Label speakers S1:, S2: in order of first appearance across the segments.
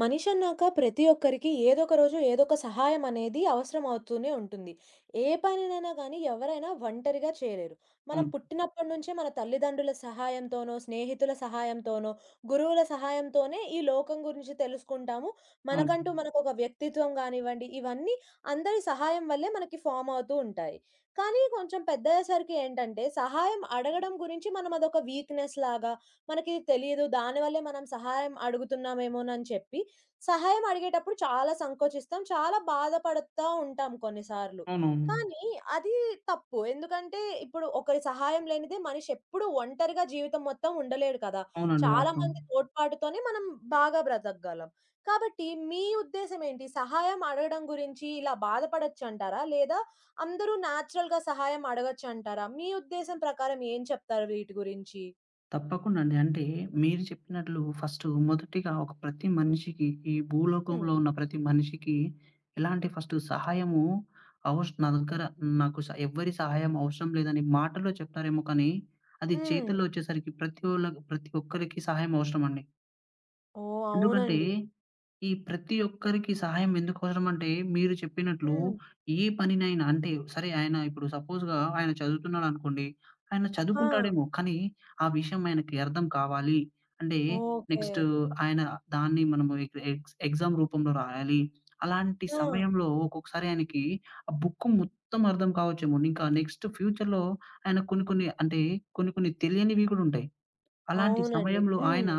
S1: మనిషి అన్నాక ప్రతి ఒక్కరికి ఏదో ఒక రోజు ఏదో ఒక సహాయం అనేది అవసరం అవుతూనే ఉంటుంది. ఏ పనినైనా గానీ ఎవరైనా ఒంటరిగా చేయలేరు. మనం
S2: అవును.
S1: పుట్టినప్పటి నుంచే మన తల్లిదండ్రుల సహాయంతోనో, స్నేహితుల సహాయంతోనో, గురువుల సహాయంతోనే ఈ లోకం గురించి తెలుసుకుంటాము. మనకంటూ
S2: అవును.
S1: మనకొక వ్యక్తిత్వం గానివ్వండి, ఇవన్నీ అందరి సహాయం వల్లే మనకి ఫార్మ్ అవుతూ ఉంటాయి. కానీ కొంచెం పెద్దయ్యేసరికి ఏంటంటే సహాయం అడగడం గురించి మనం అదొక వీక్‌నెస్ లాగా, మనకి తెలియదు. దానివల్లే మనం సహాయం అడుగుతున్నామేమోనని చెప్పి, సహాయం అడిగేటప్పుడు చాలా సంకోచిస్తాం. చాలా బాధపడతా ఉంటాం కొన్నిసార్లు.
S2: అవునవును.
S1: కానీ అది తప్పు. ఎందుకంటే ఇప్పుడు ఒకరి సహాయం లేనిదే మనిషి ఎప్పుడూ ఒంటరిగా జీవితం మొత్తం ఉండలేడు కదా!
S2: అవునండి. వాస్తవం.
S1: చాలామంది తోడ్పాటుతోనే మనం బాగా బ్రతకగలం. కాబట్టి మీ ఉద్దేశ్యం ఏంటి? సహాయం అడగడం గురించి ఇలా బాధపడొచ్చంటారా? లేదా అందరూ నేచురల్‌గా సహాయం అడగొచ్చంటారా? మీ ఉద్దేశ్యం ప్రకారం ఏం చెప్తారు వీటి గురించి?
S2: తప్పకుండా అండి. అంటే మీరు చెప్పినట్లు ఫస్టు మొదటిగా ఒక ప్రతి మనిషికి ఈ
S1: హ్మ్.
S2: భూలోకంలో ఉన్న ప్రతి మనిషికి ఎలాంటి ఫస్టు సహాయము నా దగ్గర నాకు స ఎవ్వరి సహాయం అవసరం లేదని మాటలో చెప్తారేమో కానీ, అది
S1: హ్మ్.
S2: చేతుల్లో వచ్చేసరికి ప్రతి ఒక్కరికి సహాయం అవసరమండి.
S1: ఓహ్!
S2: ఎందుకంటే,
S1: అవునండి.
S2: ఈ ప్రతి ఒక్కరికి సహాయం ఎందుకు అవసరమంటే, మీరు చెప్పినట్లు
S1: హ్మ్.
S2: ఏ పనినైనా అంటే, సరే ఆయన ఇప్పుడు సపోజ్‌గా ఆయన చదువుతున్నాడనుకోండి. ఆయన
S1: ఆ!
S2: చదువుకుంటాడేమో, కానీ ఆ విషయం ఆయనకి అర్థం కావాలి అంటే,
S1: ఓకే.
S2: నెక్స్ట్ ఆయన దాన్ని మనము ఎగ్జామ్ రూపంలో రాయాలి. అలాంటి
S1: ఆ!
S2: సమయంలో ఒక్కొక్కసారి ఆయనకి ఆ బుక్ మొత్తం అర్థం కావచ్చేమో. ఇంకా నెక్స్ట్ ఫ్యూచర్‌లో ఆయన కొన్ని కొన్ని అంటే, కొన్ని కొన్ని తెలియనివి కూడా ఉంటాయి. అలాంటి
S1: అవునండి.
S2: సమయంలో
S1: హ్మ్.
S2: ఆయన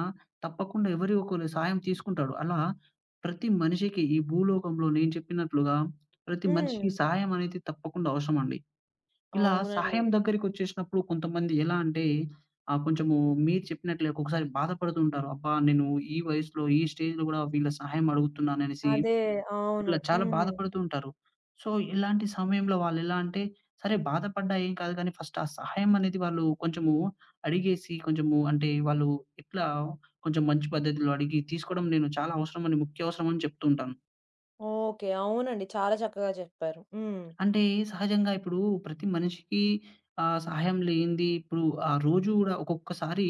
S2: తప్పకుండా ఎవరి ఒకరి సాయం తీసుకుంటాడు. అలా ప్రతి మనిషికి ఈ భూలోకంలో నేను చెప్పినట్లుగా ప్రతి
S1: హ్మ్.
S2: మనిషికి సహాయం అనేది తప్పకుండా అవసరమండి. ఇలా
S1: అవునండి.
S2: సహాయం దగ్గరికొచ్చేసినప్పుడు కొంతమంది ఎలా అంటే కొంచెము మీరు చెప్పినట్లే ఒక్కొక్కసారి బాధపడుతూ ఉంటారు. అబ్బా! నేను ఈ వయసులో, ఈ స్టేజ్‌లో గూడా వీళ్ళ సహాయం అడుగుతున్నాననేసి
S1: అదే. అవును.
S2: ఇట్లా చాలా
S1: హ్మ్.
S2: బాధపడుతూ ఉంటారు. సో, ఇలాంటి సమయంలో వాళ్ళెలా అంటే, సరే బాధపడ్డా ఏం కాదు కానీ ఫస్ట్ ఆ సహాయం అనేది వాళ్ళు కొంచెము అడిగేసి కొంచెము అంటే వాళ్ళు ఇట్లా కొంచెం మంచి పద్ధతిలో అడిగి తీసుకోవడం నేను చాలా అవసరమని, ముఖ్య అవసరమని చెప్తూ ఉంటాను.
S1: ఓకే. అవునండి. చాలా చక్కగా చెప్పారు. హ్మ్.
S2: అంటే సహజంగా ఇప్పుడు ప్రతి మనిషికి సహాయం లేనిది ఇప్పుడు ఆ రోజు గూడా ఒక్కొక్కసారి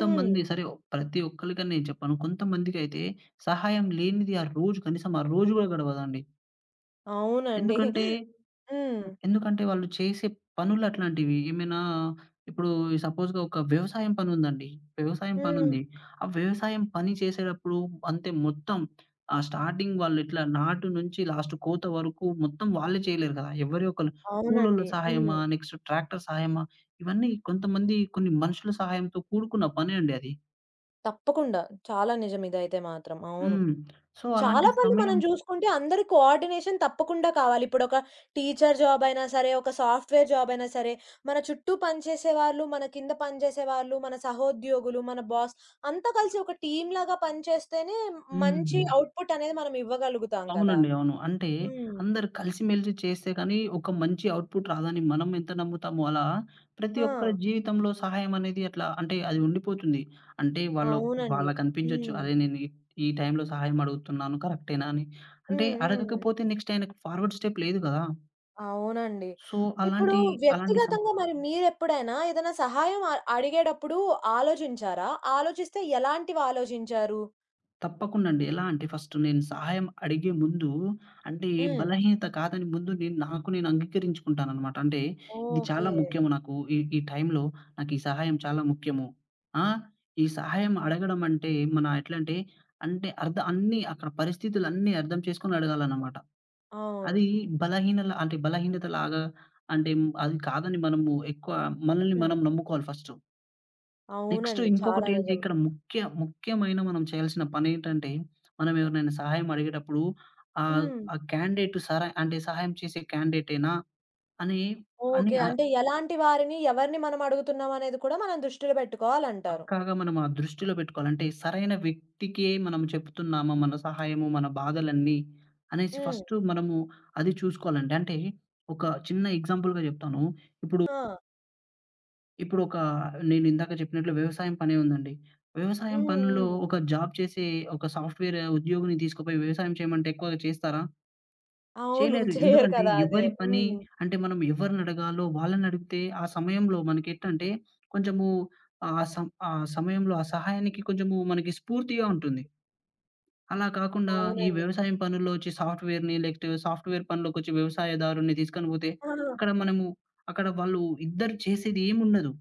S1: హ్మ్.
S2: సరే ప్రతి ఒక్కళ్ళకని నేను చెప్పను. కొంతమందికైతే సహాయం లేనిది ఆ రోజు కనీసం ఆ రోజు గూడా గడవదండి.
S1: అవునండి.
S2: ఎందుకంటే
S1: హ్మ్.
S2: ఎందుకంటే వాళ్ళు చేసే పనులట్లాంటివి. ఏమైనా ఇప్పుడు సపోజ్‌గా ఒక వ్యవసాయం పనుందండి. వ్యవసాయం
S1: హ్మ్.
S2: పనుంది. ఆ వ్యవసాయం పని చేసేటప్పుడు అంతే మొత్తం స్టార్టింగ్ వాళ్ళిట్లా నాటు నుంచి లాస్ట్ కోత వరకు మొత్తం వాళ్ళే చేయలేరు కదా! ఎవరో ఒకళ్ళు కూలోళ్ళ
S1: అవునండి. హ్మ్.
S2: సహాయమా, నెక్స్ట్ ట్రాక్టర్ సహాయమా, ఇవన్నీ కొంతమంది కొన్ని మనుషుల సహాయంతో కూడుకున్న పనే అండి అది.
S1: తప్పకుండా. చాలా నిజం ఇదైతే మాత్రం. అవును.
S2: హ్మ్. సో, అలాంటి
S1: చాలా పనులు మనం
S2: సమయం
S1: జూసుకుంటే అందరి కోఆర్డినేషన్ తప్పకుండా కావాలి. ఇప్పుడొక టీచర్ జాబ్ అయినా సరే, ఒక సాఫ్ట్‌వేర్ జాబ్ అయినా సరే, మన చుట్టూ పనిచేసే వాళ్ళు, మన కింద పనిచేసే వాళ్ళు, మన సహోద్యోగులు, మన బాస్ అంతా కలిసి ఒక టీమ్‌లాగా పనిచేస్తేనే మంచి
S2: హ్మ్.
S1: అవుట్‌పుట్ అనేది మనం ఇవ్వగలుగుతాం కదా!
S2: అవునండి. అవును. అంటే
S1: హ్మ్.
S2: అందరు కలిసిమెలిసి చేస్తే కానీ ఒక మంచి అవుట్‌పుట్ రాదని మనం ఎంత నమ్ముతామో అలా ప్రతి
S1: ఆ!
S2: ఒక్కరి జీవితంలో సహాయం అనేది అట్లా అంటే అది ఉండిపోతుంది. అంటే వాళ్ళు
S1: అవునండి.
S2: వాళ్ళకనిపించొచ్చు.
S1: హ్మ్.
S2: అరే! నేను ఈ ఈ టైంలో సహాయం అడుగుతున్నాను కరెక్టేనా అని. అంటే
S1: హ్మ్. హ్మ్.
S2: అడగకపోతే నెక్స్ట్ ఆయనకు ఫార్వర్డ్ స్టెప్ లేదు కదా!
S1: అవునండి.
S2: సో
S1: ఇప్పుడు
S2: అలాంటి అలాంటి సం
S1: వ్యక్తిగతంగా మరి మీరెప్పుడైనా ఏదైనా సహాయం అడిగేటప్పుడు ఆలోచించారా? ఆలోచిస్తే ఎలాంటివి ఆలోచించారు?
S2: తప్పకుండా అండి. ఎలా అంటే ఫస్ట్ నేను సహాయం అడిగే ముందు అంటే
S1: హ్మ్.
S2: బలహీనత కాదని ముందు నేను నాకు నేను అంగీకరించుకుంటాననమాట. అంటే ఇది
S1: ఓకే.
S2: చాలా ముఖ్యము నాకు. ఈ ఈ టైంలో నాకు ఈ సహాయం చాలా ముఖ్యము. ఆ! ఈ సహాయం అడగడం అంటే మన ఎట్లంటే అంటే అంటే అర్థం అన్నీ అక్కడ పరిస్థితులన్నీ అర్థం చేసుకొని అడగాలన్నమాట.
S1: అవును.
S2: అది బలహీనల అంటే బలహీనతలాగా అంటే అది కాదని మనము ఎక్కువ మనల్ని
S1: హ్మ్.
S2: మనం నమ్ముకోవాలి ఫస్టు. నెక్స్ట్
S1: అవునండి. చాలా
S2: ఇంకొకటేంటి
S1: నిజం.
S2: ఇక్కడ ముఖ్యమైన మనం చేయాల్సిన పనేంటంటే, మనం ఎవరినైనా సహాయం అడిగేటప్పుడు
S1: హ్మ్.
S2: ఆ క్యాండిడేట్ సర అంటే సహాయం చేసే క్యాండిడేటేనా అని, అని
S1: ఓకే.
S2: ఆహ్,
S1: అంటే ఎలాంటి వారిని, ఎవరిని మనం అడుగుతున్నాం అనేది కూడా మనం దృష్టిలో పెట్టుకోవాలంటారు.
S2: పక్కాగా మనం ఆ దృష్టిలో పెట్టుకోవాలి. అంటే సరైన వ్యక్తికే మనం చెప్తున్నామా మన సహాయము, మన బాధలన్నీ అనేసి
S1: హ్మ్.
S2: ఫస్టు మనము అది చూసుకోవాలండి. అంటే ఒక చిన్న ఎగ్జాంపుల్‌గా చెప్తాను. ఇప్పుడు
S1: ఆ!
S2: ఇప్పుడు ఒక నేనిందాక చెప్పినట్లు వ్యవసాయం పనే ఉందండి.
S1: హ్మ్.
S2: వ్యవసాయం పనుల్లో
S1: హ్మ్.
S2: ఒక జాబ్ చేసే ఒక సాఫ్ట్‌వేర్ ఉద్యోగిని తీసుకుపోయి వ్యవసాయం చేయమంటే ఎక్కువగా చేస్తారా?
S1: అవును.
S2: చేయలేరు.
S1: చెయ్యరు
S2: ఎందుకంటే
S1: కదా! అదే.
S2: ఎవరి పని
S1: హ్మ్.
S2: అంటే మనం ఎవరినడగాలో వాళ్ళనడిగితే ఆ సమయంలో మనకెట్టంటే కొంచెము ఆహ్, సం ఆ సమయంలో ఆ సహాయానికి కొంచెము మనకి స్ఫూర్తిగా ఉంటుంది. అలా కాకుండా ఈ
S1: అవునండి.
S2: వ్యవసాయం పనుల్లో వచ్చి సాఫ్ట్‌వేర్‌ని లేకపోతే సాఫ్ట్‌వేర్ పనిలోకొచ్చి వ్యవసాయదారుని తీసుకొని పోతే
S1: ఆ!
S2: అక్కడ మనము అక్కడ వాళ్ళు ఇద్దరు చేసేది ఏముండదు.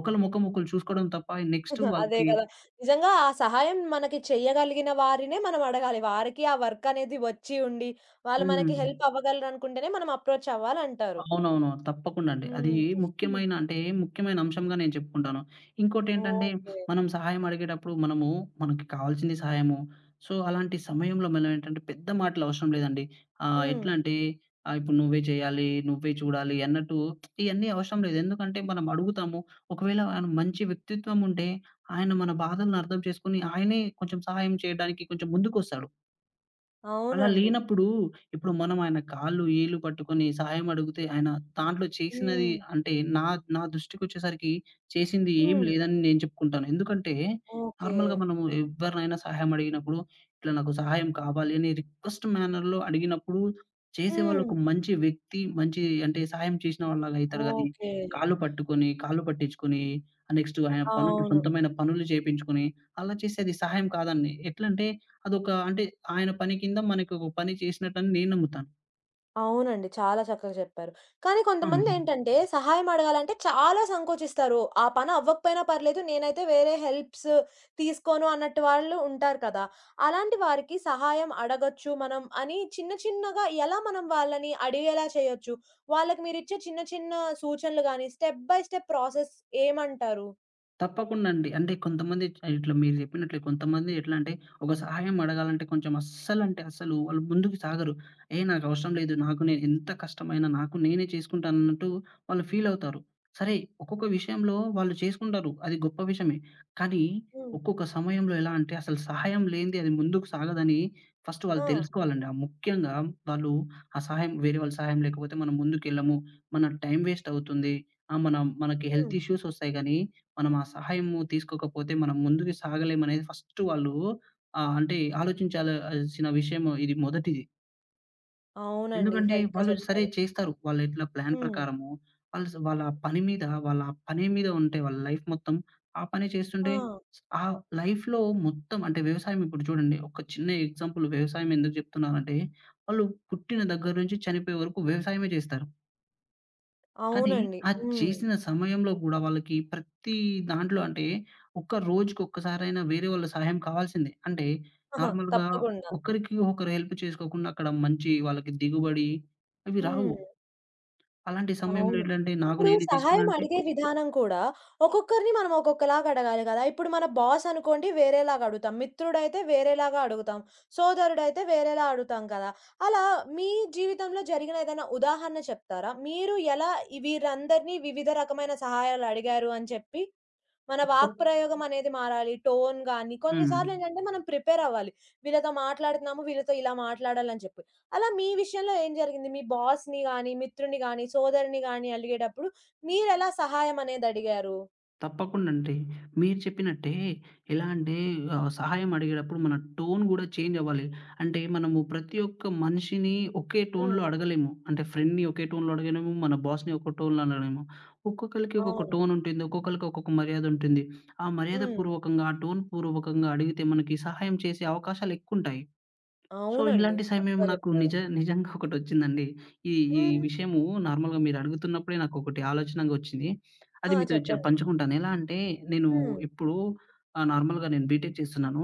S2: ఒకళ్ళ ముఖం ఒకళ్ళు చూసుకోవడం తప్ప నెక్స్ట్
S1: అదే
S2: వాళ్ళకి
S1: కదా! నిజంగా ఆ సహాయం మనకి చెయ్యగలిగిన వారినే మనం అడగాలి. వారికి ఆ వర్క్ అనేది వచ్చి ఉండి, వాళ్ళు మనకి
S2: హ్మ్.
S1: హెల్ప్ అవ్వగలరనుకుంటేనే మనం అప్రోచ్ అవ్వాలంటారు.
S2: అవునవును. తప్పకుండా అండి. అది
S1: హ్మ్.
S2: ముఖ్యమైన అంటే ముఖ్యమైన అంశంగా నేను చెప్పుకుంటాను. ఇంకోటేంటంటే
S1: ఓకే.
S2: మనం సహాయం అడిగేటప్పుడు మనము మనకి కావాల్సింది సహాయము. సో, అలాంటి సమయంలో మనం ఏంటంటే పెద్ద మాటలు అవసరం లేదండి. ఆహ్,
S1: హ్మ్.
S2: ఎట్లా అంటే ఆహ్, ఇప్పుడు నువ్వే చేయాలి, నువ్వే చూడాలి అన్నట్టు ఇయన్నీ అవసరం లేదు. ఎందుకంటే మనం అడుగుతాము. ఒకవేళ ఆయన మంచి వ్యక్తిత్వం ఉంటే ఆయన మన బాధలను అర్థం చేసుకొని ఆయనే కొంచెం సహాయం చేయడానికి కొంచెం ముందుకొస్తాడు. అలా
S1: అవునండి.
S2: లేనప్పుడు, ఇప్పుడు మనం ఆయన కాళ్ళు, ఏళ్ళు పట్టుకొని సహాయం అడిగితే, ఆయన దాంట్లో చేసినది
S1: హ్మ్.
S2: అంటే, నా నా దృష్టికొచ్చేసరికి చేసింది ఏం
S1: హ్మ్.
S2: లేదని నేను చెప్పుకుంటాను. ఎందుకంటే,
S1: ఓకే.
S2: నార్మల్‌గా మనము ఎవ్వరినైనా సహాయం అడిగినప్పుడు, ఇట్లా నాకు సహాయం కావాలి అని రిక్వెస్ట్ మేనర్‌లో అడిగినప్పుడు, చేసేవాళ్ళు
S1: హ్మ్.
S2: ఒక మంచి వ్యక్తి, మంచి అంటే సహాయం చేసిన వాళ్ళలాగా అయితారు గానీ,
S1: ఓకే.
S2: కాళ్ళు పట్టుకొని, కాళ్ళు పట్టించుకొని, నెక్స్ట్ ఆయన పనులు
S1: అవును.
S2: సొంతమైన పనులు చేపించుకొని, అలా చేసేది సహాయం కాదండి. ఎట్లంటే అదొక అంటే ఆయన పని కింద మనకొక పని చేసినట్టని నేను నమ్ముతాను.
S1: అవునండి. చాలా చక్కగా చెప్పారు. కానీ
S2: అవును.
S1: కొంతమందేంటంటే సహాయం అడగాలంటే చాలా సంకోచిస్తారు. ఆ పని అవ్వకపోయినా పర్లేదు నేనైతే వేరే హెల్ప్స్ తీసుకోను అన్నట్టు వాళ్ళు ఉంటారు కదా! అలాంటి వారికి సహాయం అడగొచ్చు మనం అని చిన్న చిన్నగా ఎలా మనం వాళ్ళని అడిగేలా చేయొచ్చు? వాళ్ళకి మీరిచ్చే చిన్న చిన్న సూచనలు గాని స్టెప్ బై స్టెప్ ప్రాసెస్ ఏమంటారు?
S2: తప్పకుండా అండి. అంటే కొంతమంది ఇట్లా మీరు చెప్పినట్లే కొంతమంది ఎట్లా అంటే ఒక సహాయం అడగాలంటే కొంచెం అస్సలంటే అస్సలు వాళ్ళు ముందుకు సాగరు. ఏ నాకవసరం లేదు. నాకు నేను ఎంత కష్టమైనా నాకు నేనే చేసుకుంటాను అన్నట్టు వాళ్ళు ఫీల్ అవుతారు. సరే ఒక్కొక్క విషయంలో వాళ్ళు చేసుకుంటారు. అది గొప్ప విషయమే. కానీ
S1: హ్మ్.
S2: ఒక్కొక్క సమయంలో ఎలా అంటే అసలు సహాయం లేనిదే అది ముందుకు సాగదని ఫస్ట్
S1: ఆ!
S2: వాళ్ళు తెలుసుకోవాలండి. ఆ ముఖ్యంగా వాళ్ళు ఆ సహాయం వేరే వాళ్ళ సహాయం లేకపోతే మనం ముందుకెళ్ళము. మన టైం వేస్ట్ అవుతుంది. ఆ! మనం మనకి
S1: హ్మ్.
S2: హెల్త్ ఇష్యూస్ వస్తాయి గానీ మనం ఆ సహాయము తీసుకోకపోతే మనం ముందుకు సాగలేమనేది ఫస్ట్ వాళ్ళు ఆహ్, అంటే ఆలోచించాల్సిన విషయం ఇది మొదటిది.
S1: అవునండి.
S2: ఎందుకంటే
S1: సరిగ్గా
S2: వాళ్ళు సరే
S1: చెప్పారు.
S2: చేస్తారు. వాళ్ళు ఎట్లా ప్లాన్
S1: హ్మ్.
S2: ప్రకారము వాళ్ళ పని మీద పనే మీద ఉంటే వాళ్ళ లైఫ్ మొత్తం ఆ పనే
S1: ఆ!
S2: చేస్తుంటే ఆ లైఫ్‌లో మొత్తం అంటే వ్యవసాయం ఇప్పుడు చూడండి ఒక చిన్న ఎగ్జాంపుల్ వ్యవసాయం ఎందుకు చెప్తున్నానంటే, వాళ్ళు పుట్టిన దగ్గర నుంచి చనిపోయే వరకు వ్యవసాయమే చేస్తారు. కానీ,
S1: అవునండి.
S2: ఆ
S1: హ్మ్.
S2: చేసిన సమయంలో గూడా వాళ్ళకి ప్రతి దాంట్లో అంటే, ఒక్క రోజుకి ఒక్కసారైనా వేరే వాళ్ళ సహాయం కావాల్సిందే. అంటే,
S1: ఆహా!
S2: నార్మల్‌గా
S1: తప్పకుండా.
S2: ఒకరికి ఒకరు హెల్ప్ చేసుకోకుండా అక్కడ మంచి వాళ్ళకి దిగుబడి అవి
S1: హ్మ్.
S2: రావు. అలాంటి సమయంలో
S1: అవును.
S2: ఏంటంటే, నాకు
S1: ఇప్పుడు
S2: నేనే చేసుకున్నా
S1: సహాయం
S2: అంటే
S1: అడిగే విధానం కూడా ఒక్కొక్కరిని మనం ఒక్కొక్కలాగా అడగాలి గదా! ఇప్పుడు మన బాస్ అనుకోండి వేరేలాగా అడుగుతాం. మిత్రుడైతే వేరేలాగా అడుగుతాం. సోదరుడైతే వేరేలా అడుగుతాం కదా! అలా మీ జీవితంలో జరిగిన ఏదైనా ఉదాహరణ చెప్తారా? మీరు ఎలా ఈ వీరందరినీ వివిధ రకమైన సహాయాలు అడిగారు అని చెప్పి? మన వాక్
S2: తప్ప
S1: ప్రయోగం అనేది మారాలి. టోన్ గాని,
S2: హ్మ్.
S1: కొన్నిసార్లు ఏంటంటే మనం ప్రిపేర్ అవ్వాలి. వీళ్ళతో మాట్లాడుతున్నాము, వీళ్ళతో ఇలా మాట్లాడాలని చెప్పి. అలా మీ విషయంలో ఏం జరిగింది? మీ బాస్‌ని గాని, మిత్రుడిని గాని, సోదరుడిని గాని అలిగేటప్పుడు మీరెలా సహాయం అనేది అడిగారు?
S2: తప్పకుండా అండి. మీరు చెప్పినట్టే ఎలా అంటే సహాయం అడిగేటప్పుడు మన టోన్ గూడా చేంజ్ అవ్వాలి. అంటే మనము ప్రతి ఒక్క మనిషిని ఒకే
S1: హ్మ్.
S2: టోన్‌లో అడగలేము. అంటే ఫ్రెండ్‌ని ఒకే టోన్‌లో అడగలేము. మన బాస్‌ని ఒక టోన్‌లో అడగలేము. ఒక్కొక్కళ్ళకి ఒక్కొక్క
S1: అవును.
S2: టోన్ ఉంటుంది. ఒక్కొక్కళ్ళకి ఒక్కొక్క మర్యాద ఉంటుంది. ఆ మర్యాద
S1: హ్మ్.
S2: పూర్వకంగా, ఆ టోన్ పూర్వకంగా అడిగితే మనకి సహాయం చేసే అవకాశాలు ఎక్కువుంటాయి. సో,
S1: అవునండి.
S2: ఇలాంటి సమయం
S1: చక్కగా
S2: నాకు
S1: చెప్పారు.
S2: నిజంగా ఒకటొచ్చిందండి. ఈ ఈ
S1: హ్మ్.
S2: విషయము నార్మల్‌గా మీరు అడుగుతున్నప్పుడే నాకొకటి ఆలోచనగా వచ్చింది.
S1: ఆ!
S2: అది మీతో
S1: చెప్పండి.
S2: పంచుకుంటాను. ఎలా అంటే నేను
S1: హ్మ్.
S2: ఇప్పుడు నార్మల్‌గా నేను బీటెక్ చేస్తున్నాను.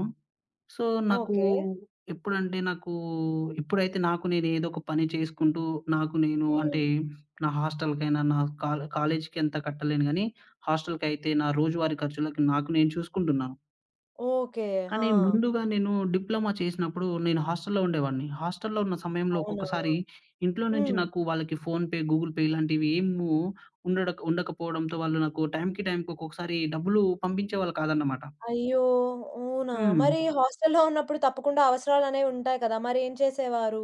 S2: సో, నాకు
S1: ఓకే.
S2: ఎప్పుడంటే నాకు ఇప్పుడైతే నాకు నేను ఏదో ఒక పని చేసుకుంటూ నాకు నేను
S1: హ్మ్.
S2: అంటే నా హాస్టల్‌కైనా, నా కాల్ కాలేజీకి అంత కట్టలేను గానీ, హాస్టల్‌కైతే నా రోజువారీ ఖర్చులకి నాకు నేను చూసుకుంటున్నాను.
S1: ఓకే. ఆ!
S2: కానీ ముందుగా నేను డిప్లొమా చేసినప్పుడు నేను హాస్టల్‌లో ఉండేవాడిని. హాస్టల్‌లో ఉన్న సమయంలో
S1: అవునా?
S2: ఒక్కొక్కసారి ఇంట్లో నుంచి
S1: హ్మ్.
S2: నాకు వాళ్ళకి ఫోన్‌పే, గూగుల్ పే ఇలాంటివి ఏమో ఉండకపోవడంతో వాళ్ళు నాకు టైమ్‌కి, టైమ్‌కి ఒక్కొక్కసారి డబ్బులు పంపించేవాళ్ళు కాదన్నమాట.
S1: అయ్యో! అవునా?
S2: హ్మ్.
S1: మరి హాస్టల్‌లో ఉన్నప్పుడు తప్పకుండా అవసరాలనేవి ఉంటాయి కదా! మరేం చేసేవారు?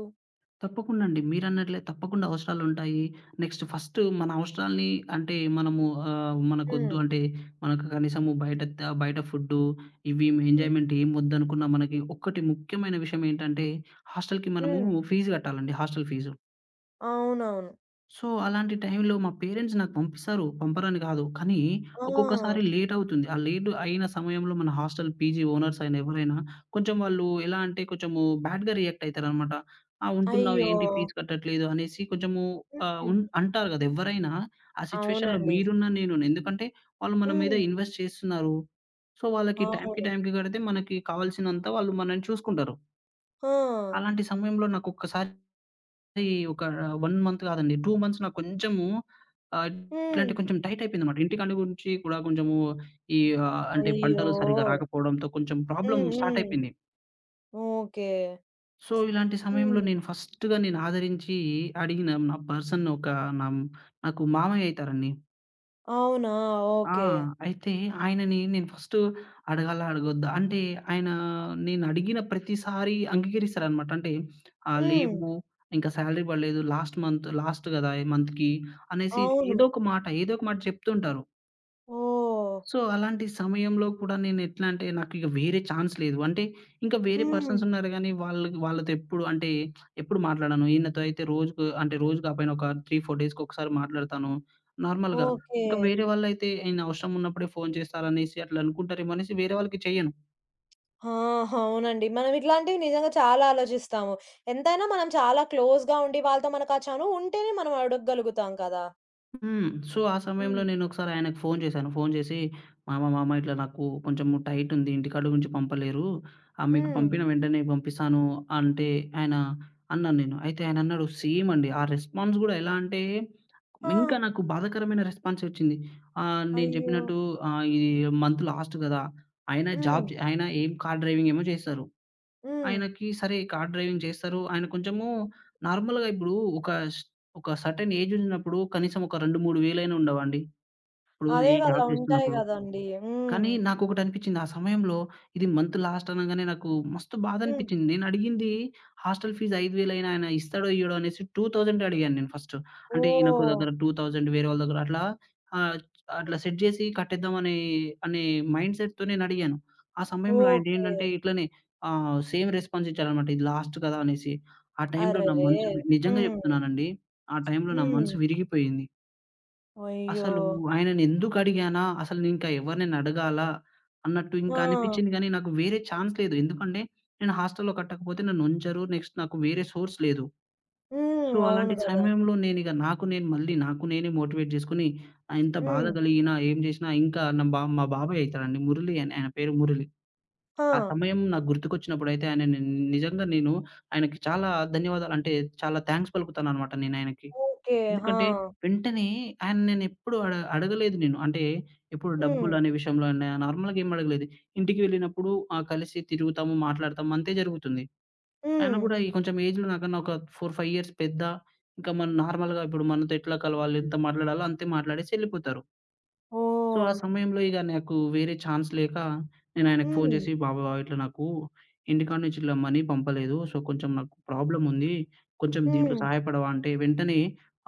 S2: తప్పకుండా అండి. మీరన్నట్లే తప్పకుండా అవసరాలుంటాయి. నెక్స్ట్ ఫస్ట్ మన అవసరాల్ని అంటే మనము
S1: హ్మ్.
S2: మనకొద్దు అంటే మనకు కనీసము బయట ఫుడ్డు ఇవి
S1: హ్మ్.
S2: ఎంజాయ్‌మెంట్ ఏం వద్దనుకున్నా మనకి ఒక్కటి ముఖ్యమైన విషయం ఏంటంటే హాస్టల్‌కి మనము
S1: హ్మ్.
S2: ఫీజు కట్టాలండి. Hostel fee.
S1: అవునవును.
S2: సో, అలాంటి టైంలో మా పేరెంట్స్ నాకు పంపిస్తారు. పంపరని కాదు. కానీ ఒక్కొక్కసారి
S1: ఆ!
S2: లేట్ అవుతుంది. ఆ లేట్ అయిన సమయంలో మన హాస్టల్ పీజీ ఓనర్స్ అయిన ఎవరైనా కొంచెం వాళ్ళు ఎలా అంటే కొంచెము బ్యాడ్‌గా రియాక్ట్ అయితారనమాట. "ఆ! ఉంటున్నావు
S1: అయ్యో!
S2: ఏంటి ఫీజు కట్టట్లేదు" అనేసి కొంచెము ఆహ్,
S1: హుహు.
S2: ఉన్ అంటారు కదా! ఎవ్వరైనా ఆ సిట్యుయేషన్‌లో
S1: అవునండి.
S2: మీరున్నా, నేనున్నా. ఎందుకంటే వాళ్ళు మన మీద
S1: హ్మ్.
S2: ఇన్వెస్ట్ చేస్తున్నారు. సో, వాళ్ళకి టైంకి,
S1: అవును.
S2: టైంకి కడితే మనకి కావాల్సినంత వాళ్ళు మనల్ని చూసుకుంటారు.
S1: ఆ!
S2: అలాంటి సమయంలో నాకొక్కసారి అది ఒక 1 మంత్ కాదండి. 2 మంత్స్ నాకు కొంచెము ఆహ్,
S1: హ్మ్.
S2: ఎట్లంటే కొంచెం టైట్ అయిపోయిందన్నమాట. ఇంటికాడ గురించి కూడా కొంచెము ఈ ఆహ్, అంటే
S1: అయ్యో!
S2: పంటలు సరిగ్గా రాకపోవడంతో కొంచెం
S1: హ్మ్.
S2: ప్రాబ్లమ్ స్టార్ట్
S1: హ్మ్.
S2: అయిపోయింది.
S1: ఓకే.
S2: సో, ఇలాంటి సమయంలో
S1: హ్మ్.
S2: నేను ఫస్ట్‌గా నేను ఆదరించి అడిగిన నా పర్సన్ ఒక నా నాకు మామయ్య అయితారండి.
S1: అవునా!
S2: ఆ!
S1: ఓకే.
S2: అయితే ఆయనని నేను ఫస్ట్ అడగాలా? అడగొద్దా? అంటే ఆయన నేనడిగిన ప్రతిసారి అంగీకరిస్తారనమాట. అంటే ఆహ్, హ్మ్.
S1: హ్మ్.
S2: లేవు ఇంకా సాలరీ పడలేదు. లాస్ట్ మంత్ లాస్ట్ గదా! ఈ మంత్‌కి అనేసి
S1: అవును.
S2: ఏదో ఒక మాట, ఏదో ఒక మాట చెప్తుంటారు.
S1: ఓహ్!
S2: సో, అలాంటి సమయంలో కూడా నేనెట్లా అంటే, నాకిక వేరే ఛాన్స్ లేదు. అంటే, ఇంకా వేరే
S1: హ్మ్.
S2: పర్సన్స్ ఉన్నారు గానీ, వాళ్ళకి వాళ్ళతో ఎప్పుడు అంటే, ఎప్పుడు మాట్లాడను. ఈయనతో అయితే రోజుకు అంటే, రోజు కాపోయినా ఒక 3, 4 డేస్‌కొకసారి మాట్లాడతాను నార్మల్‌గా.
S1: ఓకే.
S2: ఇంకా వేరే వాళ్ళైతే, ఈయన అవసరం ఉన్నప్పుడే ఫోను చేస్తారనేసి అట్లా అనుకుంటారేమో అనేసి వేరే వాళ్ళకి చెయ్యను.
S1: ఆ! అవునండి. మనం ఇట్లాంటివి నిజంగా చాలా ఆలోచిస్తాము. ఎంతైనా మనం చాలా క్లోజ్‌గా ఉండి వాళ్ళతో మనకు ఆ చనువు ఉంటేనే మనం అడగగలుగుతాం కదా!
S2: హ్మ్. సో, ఆ సమయంలో
S1: హ్మ్.
S2: నేనొకసారి ఆయనకు ఫోను చేశాను. ఫోను చేసి, "మామ, మామ ఇట్లా నాకు కొంచెము టైటుంది. ఇంటికాడ నుంచి పంపలేరు. మీకు
S1: హ్మ్.
S2: పంపిన వెంటనే పంపిస్తాను" అంటే ఆయన అన్నాను నేను. అయితే ఆయనన్నాడు సేమ్ అండి. ఆ రెస్పాన్స్ గూడా ఎలా అంటే,
S1: ఆ!
S2: ఇంకా నాకు బాధాకరమైన రెస్పాన్సే వచ్చింది. నేను
S1: అయ్యో!
S2: చెప్పినట్టు ఈ మంత్ లాస్ట్ గదా! ఆయన
S1: హ్మ్.
S2: జాబ్ చే ఆయన ఏం కార్ డ్రైవింగ్ ఏమో చేస్తారు.
S1: హ్మ్.
S2: ఆయనకి సరే కార్ డ్రైవింగ్ చేస్తారు. ఆయన కొంచెము నార్మల్‌గా ఇప్పుడు ఒక స్ ఒక సర్టెన్ ఏజ్ ఉన్నప్పుడు కనీసం ఒక 2, 3 వేలైనా ఉండవండి. ఇప్పుడు
S1: అదే
S2: ఈ
S1: గదా!
S2: జాబ్
S1: ఉంటాయి
S2: చేస్తున్నప్పుడు.
S1: గదండీ! హ్మ్.
S2: కానీ నాకొకటనిపిచ్చింది. ఆ సమయంలో ఇది మంత్ లాస్ట్ అనంగానే నాకు మస్తు
S1: హ్మ్.
S2: బాధనిపిచ్చింది. నేనడిగింది హాస్టల్ ఫీజ్ 5,000 అయినా ఆయన ఇస్తాడో, ఇయ్యడో అనేసి 2,000 అడిగాను నేను ఫస్ట్. అంటే ఈయనొక
S1: ఓహ్!
S2: దగ్గర 2,000 వేరే వాళ్ళ దగ్గర అట్లా ఆహ్, అట్లా సెట్ జేసి కట్టేద్దాం అనే మైండ్ సెట్‌తో నేనడిగాను. ఆ సమయంలో
S1: ఓకే.
S2: ఆయనేంటంటే ఇట్లనే సేమ్ రెస్పాన్స్ ఇచ్చారనమాట. ఇది లాస్ట్ కదా! అనేసి. ఆ టైంలో నా
S1: అరెరే!
S2: మనసు వి నిజంగా
S1: హ్మ్.
S2: జెప్తున్నానండి. ఆ టైంలో నా
S1: హ్మ్.
S2: మనసు విరిగిపోయింది.
S1: అయ్యో!
S2: అసలు ఆయననెందుకు అడిగానా? అసలు నేనింకా ఎవరినైనా అడగాలా? అన్నట్టు ఇంకా
S1: ఆ!
S2: అనిపిచ్చింది గానీ, నాకు వేరే ఛాన్స్ లేదు. ఎందుకంటే, నేను హాస్టల్‌లో కట్టకపోతే నన్నుంచరు. నెక్స్ట్ నాకు వేరే సోర్స్ లేదు.
S1: హ్మ్.
S2: సో,
S1: అవును
S2: అలాంటి
S1: గదా!
S2: సమయంలో నేనిక నాకు నేను మళ్ళీ నాకు నేనే మోటివేట్ జేసుకొని, ఎంత బాధ
S1: హ్మ్.
S2: కలిగినా, ఏం జేసినా ఇంకా నా బా మా బాబాయ్ అయితాడండి మురళి అని. ఆయన పేరు మురళి.
S1: ఆ!
S2: ఆ సమయం నాకు గుర్తుకొచ్చినప్పుడైతే ఆయనని నిజంగా నేను ఆయనకి చాలా ధన్యవాదాలు అంటే, చాలా థాంక్స్ పలుకుతాననమాట నేనాయనకి.
S1: ఓకే. ఆ!
S2: ఎందుకంటే వెంటనే ఆయన నేనెప్పుడు అడ అడగలేదు నేను. అంటే ఇప్పుడు
S1: హ్మ్.
S2: డబ్బులనే విషయంలో అయినా నార్మల్‌గా ఏం అడగలేదు. ఇంటికి వెళ్ళినప్పుడు కలిసి తిరుగుతాము, మాట్లాడతాము అంతే జరుగుతుంది. ఆయన
S1: హ్మ్.
S2: గూడా ఈ కొంచెం ఏజ్‌లో నాకన్నా ఒక 4, 5 ఇయర్స్ పెద్ద. ఇంకా మనం నార్మల్‌గా ఇప్పుడు మనతో ఎట్లా కలవాలి, ఎంత మాట్లాడాలో అంతే మాట్లాడేసి ఎళ్ళిపోతారు. సో, ఆ
S1: ఓహ్!
S2: సమయంలో ఇగ నాకు వేరే ఛాన్స్ లేక నేనాయనకి ఫోను
S1: హ్మ్.
S2: చేసి, "బాబు ఇట్లా నాకు ఇంటికాడ నుంచి ఇట్లా మనీ పంపలేదు. సో, కొంచెం నాకు ప్రాబ్లముంది. కొంచెం దీంట్లో
S1: హ్మ్.
S2: సహాయపడవా?" అంటే వెంటనే,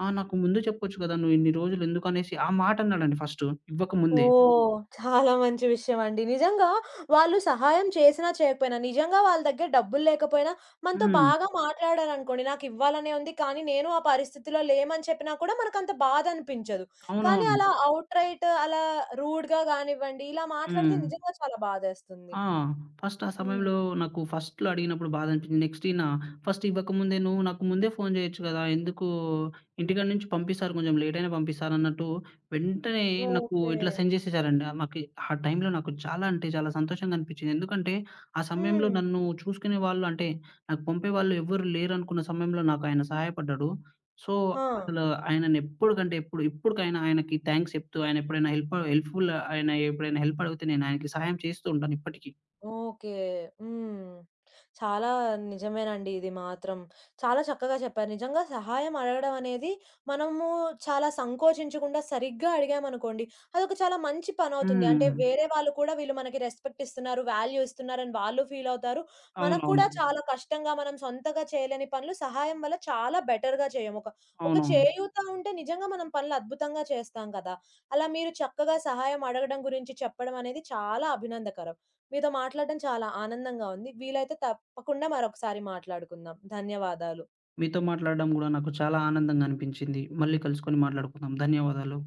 S2: "ఆ! నాకు ముందే చెప్పొచ్చు కదా! నువ్వు ఇన్ని రోజులు ఎందుకనేసి" ఆ మాటన్నాడండి ఫస్టు ఇవ్వకముందే.
S1: ఓహ్! చాలా మంచి విషయమండి. నిజంగా వాళ్ళు సహాయం చేసినా, చేయకపోయినా నిజంగా వాళ్ళ దగ్గర డబ్బులు లేకపోయినా మనతో
S2: హ్మ్.
S1: బాగా మాట్లాడారనుకోండి, నాకివ్వాలనే ఉంది కానీ నేను ఆ పరిస్థితిలో లేమని చెప్పినా కూడా మనకంత బాధనిపించదు. కానీ
S2: అవునవును.
S1: అలా ఔట్ రైట్ అలా రూడ్‌గా గానివ్వండి, ఇలా మాట్లాడితే
S2: హ్మ్.
S1: నిజంగా చాలా బాధేస్తుంది.
S2: ఆ! ఫస్ట్ ఆ
S1: హ్మ్.
S2: సమయంలో నాకు ఫస్ట్‌లో అడిగినప్పుడు బాధ అనిపించింది. నెక్స్ట్ ఈయన ఫస్ట్ ఇవ్వకముందే నువ్వు నాకు ముందే ఫోను చేయొచ్చు గదా! ఎందుకు ఇంటికాడ నుంచి పంపిస్తారు కొంచెం లేట్ అయినా పంపిస్తారన్నట్టు వెంటనే నాకు
S1: ఓకే.
S2: ఇట్లా సెండ్ చేసేసారండి. నాకి ఆ టైంలో నాకు చాలా అంటే చాలా సంతోషంగా అనిపించింది. ఎందుకంటే ఆ సమయంలో
S1: హ్మ్.
S2: నన్ను చూసుకునే వాళ్ళు అంటే నాకు పంపేవాళ్ళు ఎవ్వరు లేరనుకున్న సమయంలో నాకు ఆయన సహాయపడ్డాడు. సో
S1: ఆ!
S2: అసలు ఎప్పుడు ఇప్పటికైనా ఆయనకి థాంక్స్ చెప్తూ, ఆయన ఎప్పుడైనా హెల్ప్ అడిగితే నేనాయనకి సహాయం చేస్తూ ఉంటాను ఇప్పటికి.
S1: ఓకే. హ్మ్. చాలా నిజమేనండి ఇది మాత్రం. చాలా చక్కగా చెప్పారు. నిజంగా సహాయం అడగడం అనేది మనము చాలా సంకోచించకుండా సరిగ్గా అడిగామనుకోండి, అదొక చాలా మంచి పనవుతుంది. అంటే
S2: హ్మ్.
S1: వేరే వాళ్ళు కూడా వీళ్ళు మనకి రెస్పెక్ట్ ఇస్తున్నారు, వాల్యూ ఇస్తున్నారని వాళ్ళు ఫీలవుతారు. మనకు
S2: అవునవును.
S1: కూడా చాలా కష్టంగా మనం సొంతగా చేయలేని పనులు సహాయం వల్ల చాలా బెటర్‌గా చేయము. ఒక ఒక
S2: అవునవును.
S1: చేయూత ఉంటే నిజంగా మనం పనులు అద్భుతంగా చేస్తాం కదా! అలా మీరు చక్కగా సహాయం అడగడం గురించి చెప్పడం అనేది చాలా అభినందకరం. మీతో మాట్లాడడం చాలా ఆనందంగా ఉంది. వీలైతే తప్పకుండా మరొకసారి మాట్లాడుకుందాం. ధన్యవాదాలు.
S2: మీతో మాట్లాడడం గూడా నాకు చాలా ఆనందంగా అనిపించింది. మళ్ళీ కలుసుకొని మాట్లాడుకుందాం. ధన్యవాదాలు.